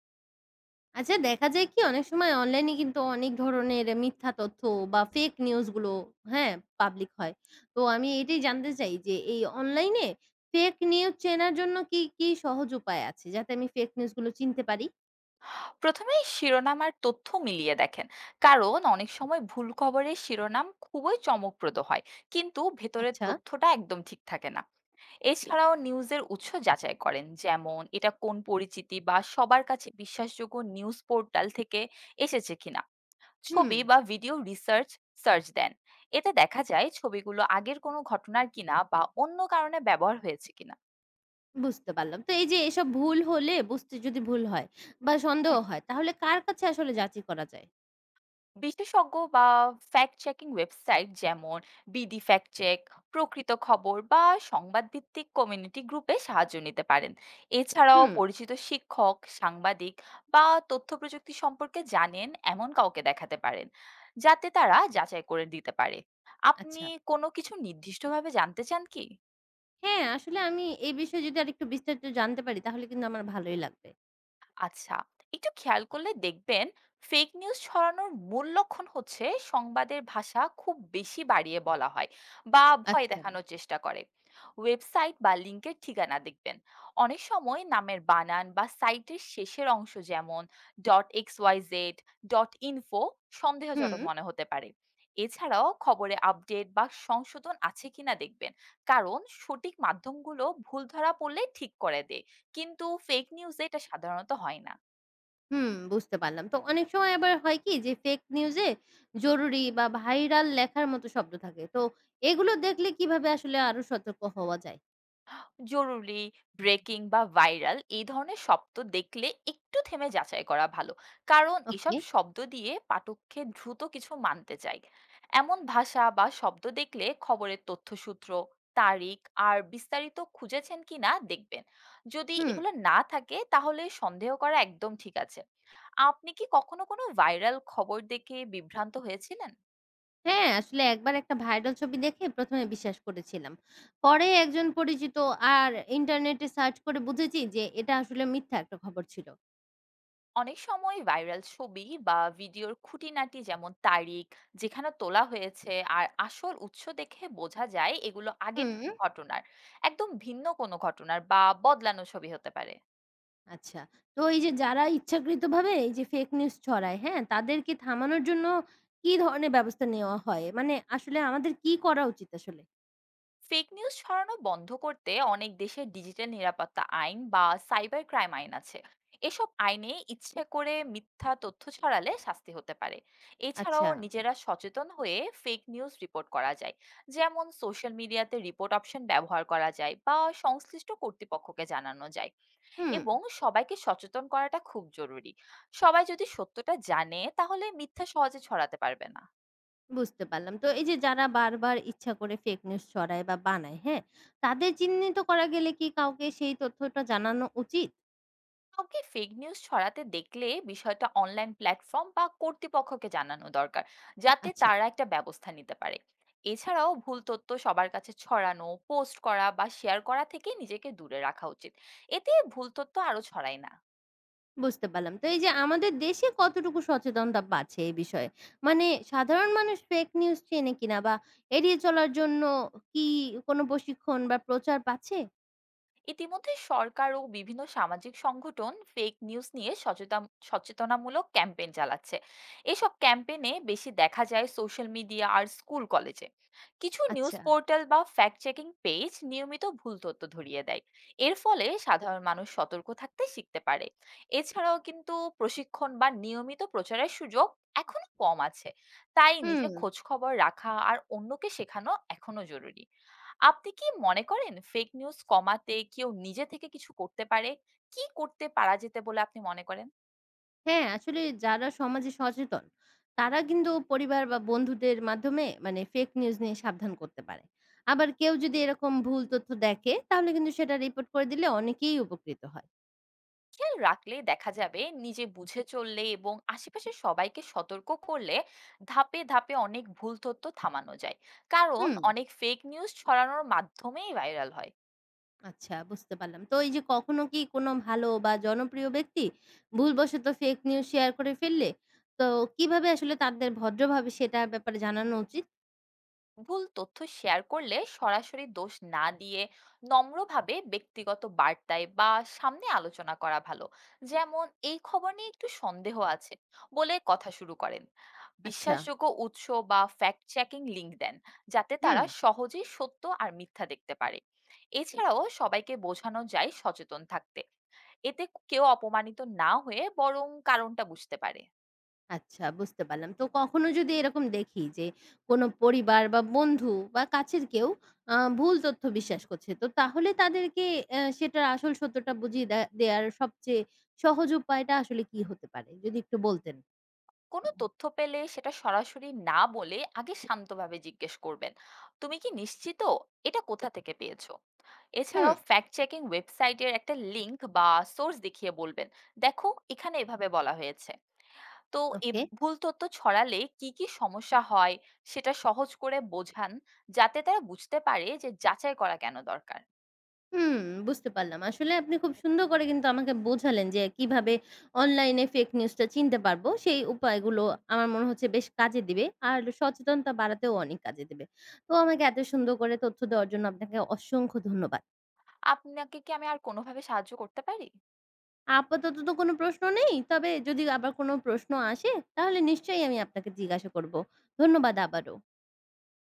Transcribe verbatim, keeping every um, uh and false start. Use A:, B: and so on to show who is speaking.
A: আচ্ছা দেখা যায় কি অনেক সময় অনলাইনে কিন্তু অনেক ধরনের মিথ্যা তথ্য বা ফেক নিউজ গুলো হ্যাঁ পাবলিক হয়। তো আমি এটাই জানতে চাই যে এই অনলাইনে ফেক নিউজ চেনার জন্য কি, কি সহজ উপায় আছে যাতে আমি ফেক নিউজ গুলো চিনতে পারি?
B: প্রথমেই শিরোনাম আর তথ্য মিলিয়ে দেখেন। কারণ অনেক সময় ভুল খবরের শিরোনাম খুবই চমকপ্রদ হয়, কিন্তু ভেতরের
A: আচ্ছা।
B: তথ্যটা একদম ঠিক থাকে না। এছাড়াও নিউজের উৎস যাচাই করেন, যেমন এটা কোন পরিচিতি বা সবার কাছে বিশ্বাসযোগ্য নিউজ পোর্টাল থেকে এসেছে কিনা।
A: হুম,
B: ছবি বা ভিডিও রিসার্চ সার্চ দেন। এতে দেখা যায় ছবিগুলো আগের কোনো ঘটনার কিনা বা অন্য কারণে ব্যবহার হয়েছে কিনা।
A: বুঝতে পারলাম। তো এই যে এসব ভুল হলে বুঝতে যদি ভুল হয় বা সন্দেহ হয় তাহলে কার কাছে আসলে যাচাই করা যায়?
B: বিশেষজ্ঞ বা ফ্যাক্ট চেকিং ওয়েবসাইট যেমন বিডি ফ্যাক্ট চেক, প্রকৃত খবর বা সংবাদ ভিত্তিক কমিউনিটি গ্রুপে সাহায্য নিতে পারেন। এছাড়াও
A: হুম,
B: পরিচিত শিক্ষক, সাংবাদিক বা তথ্য প্রযুক্তি সম্পর্কে জানেন এমন কাউকে দেখাতে পারেন, যাতে তারা যাচাই করে দিতে পারে। আপনি
A: আচ্ছা।
B: কোনো কিছু নির্দিষ্টভাবে জানতে চান কি?
A: হ্যাঁ, আসলে আমি এই বিষয়ে যদি আরেকটু বিস্তারিত জানতে পারি তাহলে কিন্তু আমার ভালোই লাগবে।
B: আচ্ছা, একটু খেয়াল করলে দেখবেন ফেক নিউজ ছড়ানোর মূল লক্ষণ হচ্ছে সংবাদের ভাষা খুব বেশি বাড়িয়ে বলা হয় বা ভয়
A: আচ্ছা,
B: দেখানোর চেষ্টা করে। ওয়েবসাইট বা লিঙ্কের ঠিকানা দেখবেন। অনেক সময় নামের বানান বা সাইটের শেষের অংশ যেমন dot X Y Z, dot info
A: হুম।
B: সন্দেহজনক মনে হতে পারে। এছাড়াও খবরে আপডেট বা সংশোধন আছে কিনা দেখবেন, কারণ সঠিক মাধ্যমগুলো ভুল ধরা পড়লে ঠিক করে দেয়, কিন্তু ফেক নিউজে এটা সাধারণত হয় না।
A: হুম, বুঝতে পারলাম। তো অনেক সময় আবার হয় কি যে ফেক নিউজে জরুরি বা ভাইরাল লেখার মতো শব্দ থাকে। তো এগুলো দেখলে কিভাবে আসলে আরো সতর্ক হওয়া যায়?
B: জরুরি, ব্রেকিং বা ভাইরাল এই ধরনের শব্দ দেখলে একটু থেমে যাচাই করা ভালো। কারণ এসব
A: ওকে।
B: শব্দ দিয়ে পাঠককে দ্রুত কিছু মানতে চাই। এমন ভাষা বা শব্দ দেখলে খবরের তথ্যসূত্র, তারিখ আর বিস্তারিত খুঁজেছেন কিনা দেখবেন। যদি
A: হুম।
B: এগুলো না থাকে তাহলে সন্দেহ করা একদম ঠিক আছে। আপনি কি কখনো কোনো ভাইরাল খবর দেখে বিভ্রান্ত হয়েছিলেন?
A: হ্যাঁ, আসলে একবার একটা ভাইরাল ছবি দেখে প্রথম এ বিশ্বাস করেছিলাম। পরে একজন পরিচিত আর ইন্টারনেটে সার্চ করে বুঝেছি যে এটা আসলে মিথ্যা একটা খবর ছিল।
B: অনেক সময় ভাইরাল ছবি বা ভিডিওর খুঁটিনাটি যেমন তারিখ, যেখানে তোলা হয়েছে আর আসল উৎস দেখে বোঝা যায় এগুলো আগের
A: হুম,
B: ঘটনার একদম ভিন্ন কোনো ঘটনার বা বদলানো ছবি হতে পারে।
A: আচ্ছা। তো এই যে যারা ইচ্ছাকৃতভাবে এই যে ফেক নিউজ ছড়ায়, হ্যাঁ? তাদেরকে থামানোর জন্য কি ধরনের ব্যবস্থা নেওয়া হয়? মানে আসলে আমাদের কি করা উচিত আসলে?
B: ফেক নিউজ ছড়ানো বন্ধ করতে অনেক দেশে ডিজিটাল নিরাপত্তা আইন বা সাইবার ক্রাইম আইন আছে। এসব আইনে ইচ্ছে করে মিথ্যা তথ্য ছড়ালে শাস্তি হতে পারে। এছাড়াও
A: আচ্ছা।
B: নিজেরা সচেতন হয়ে ফেক নিউজ রিপোর্ট করা যায়। যেমন সোশ্যাল মিডিয়াতে রিপোর্ট অপশন ব্যবহার করা যায় বা সংশ্লিষ্ট কর্তৃপক্ষকে জানানো যায়।
A: হুম,
B: এবং সবাইকে সচেতন করাটা খুব জরুরি। সবাই যদি সত্যটা জানে তাহলে মিথ্যা সহজে ছড়াতে পারবে না।
A: বুঝতে পারলাম। তো এই যে যারা বারবার ইচ্ছা করে ফেক নিউজ ছড়ায় বা বানায়, হ্যাঁ? তাদের চিহ্নিত করা গেলে কি কাউকে সেই তথ্যটা জানানো উচিত?
B: কাউকে ফেক নিউজ ছড়াতে দেখলে বিষয়টা অনলাইন প্ল্যাটফর্ম বা কর্তৃপক্ষকে জানানো দরকার, যাতে
A: আচ্ছা,
B: তারা একটা ব্যবস্থা নিতে পারে। এছাড়াও ভুল তথ্য সবার কাছে ছড়ানো, পোস্ট করা বা শেয়ার করা থেকে নিজেকে দূরে রাখা উচিত। এতে ভুল তথ্য আরো ছড়ায় না।
A: বুঝতে পারলাম। তো এই যে আমাদের দেশে কতটুকু সচেতনতা বাড়ছে এই বিষয়ে? মানে সাধারণ মানুষ ফেক নিউজ চেনে কিনা বা এড়িয়ে চলার জন্য কি কোনো প্রশিক্ষণ বা প্রচার পাচ্ছে?
B: ইতিমধ্যে সরকার ও বিভিন্ন সামাজিক সংগঠন ফেক নিউজ নিয়ে সচেতন সচেতনামূলক ক্যাম্পেইন চালাচ্ছে। এসব ক্যাম্পেইনে বেশি দেখা যায় সোশ্যাল মিডিয়া আর স্কুল কলেজে। কিছু নিউজ
A: আচ্ছা,
B: পোর্টাল বা ফ্যাক্ট চেকিং পেজ নিয়মিত ভুল তথ্য ধরিয়ে দেয়। এর ফলে সাধারণ মানুষ সতর্ক থাকতে শিখতে পারে। এছাড়াও কিন্তু প্রশিক্ষণ বা নিয়মিত প্রচারের সুযোগ এখনো কম আছে। তাই নিজে
A: হুম।
B: খোঁজ খবর রাখা আর অন্যকে শেখানো এখনো জরুরি। আপনি কি মনে করেন ফেক নিউজ কমাতে কেউ নিজে থেকে কিছু করতে পারে? কি করতে পারা যেতে বলে আপনি মনে করেন?
A: হ্যাঁ, আসলে যারা সমাজে সচেতন, তারা কিন্তু পরিবার বা বন্ধুদের মাধ্যমে মানে ফেক নিউজ নিয়ে সাবধান করতে পারে। আবার কেউ যদি এরকম ভুল তথ্য দেখে, তাহলে কিন্তু সেটা রিপোর্ট করে দিলে অনেকেই উপকৃত হয়।
B: খেয়াল রাখলে দেখা যাবে নিজে বুঝে চললে এবং আশেপাশের সবাইকে সতর্ক করলে ধাপে, ধাপে অনেক ভুল তথ্য থামানো যায়। কারণ
A: হুম।
B: অনেক ফেক নিউজ ছড়ানোর মাধ্যমেই ভাইরাল হয়।
A: আচ্ছা, বুঝতে পারলাম। তো এই যে কখনো কি কোনো ভালো বা জনপ্রিয় ব্যক্তি ভুলবশত ফেক নিউজ শেয়ার করে ফেললে, তো কিভাবে আসলে তাদের ভদ্রভাবে সেটার ব্যাপারে জানানো উচিত?
B: ভুল তথ্য শেয়ার করলে সরাসরি দোষ না দিয়ে নম্রভাবে ব্যক্তিগত বার্তায় বা সামনে আলোচনা করা ভালো। যেমন, এই খবর নিয়ে একটু সন্দেহ আছে বলে কথা শুরু করেন।
A: আচ্ছা।
B: বিশ্বাসযোগ্য উৎস বা ফ্যাক্ট চেকিং লিংক দেন, যাতে
A: হুম।
B: তারা সহজেই সত্য আর মিথ্যা দেখতে পারে। এছাড়াও সবাইকে বোঝানো যায় সচেতন থাকতে। এতে কেউ অপমানিত না হয়ে বরং কারণটা বুঝতে পারে।
A: আচ্ছা বুঝতে পারলাম। তো কখনো যদি এরকম দেখি যে কোনো পরিবার বা বন্ধু বা কাছের কেউ আ ভুল তথ্য বিশ্বাস করছে। তো তাহলে তাদেরকে অ্যা সেটার আসল সত্যটা বুঝিয়ে দে দেয়ার সবচেয়ে সহজ উপায়টা আসলে কি হতে পারে? যদি একটু বলতেন।
B: কোনো তথ্য পেলে সেটা সরাসরি না বলে আগে শান্তভাবে জিজ্ঞেস করবেন, তুমি কি নিশ্চিত, এটা কোথা থেকে পেয়েছো?
A: হুম,
B: এছাড়াও ফ্যাক্ট চেকিং ওয়েবসাইটের একটা লিংক বা সোর্স দেখিয়ে বলবেন, দেখো, এখানে এভাবে বলা হয়েছে। তো এ-
A: ওকে।
B: ভুল তথ্য ছড়ালে কি কি সমস্যা হয় সেটা সহজ করে বোঝান, যাতে তারা বুঝতে পারে যে যাচাই করা কেন দরকার।
A: হুম, বুঝতে পারলাম। আসলে আপনি খুব সুন্দর করে কিন্তু আমাকে বোঝালেন যে কিভাবে অনলাইনে ফেক নিউজটা চিনতে পারবো। সেই উপায়গুলো আমার মনে হচ্ছে বেশ কাজে দিবে। আর সচেতনতা বাড়াতেও অনেক কাজে দেবে। তো আমাকে এত সুন্দর করে তথ্য দেওয়ার জন্য আপনাকে অসংখ্য ধন্যবাদ।
B: আপনাকে কি আমি আর কোনোভাবে সাহায্য করতে পারি?
A: আপাতত তো কোনো প্রশ্ন নেই। তবে যদি আবার কোনো প্রশ্ন আসে তাহলে নিশ্চয়ই আমি আপনাকে জিজ্ঞাসা করব। ধন্যবাদ আবারও।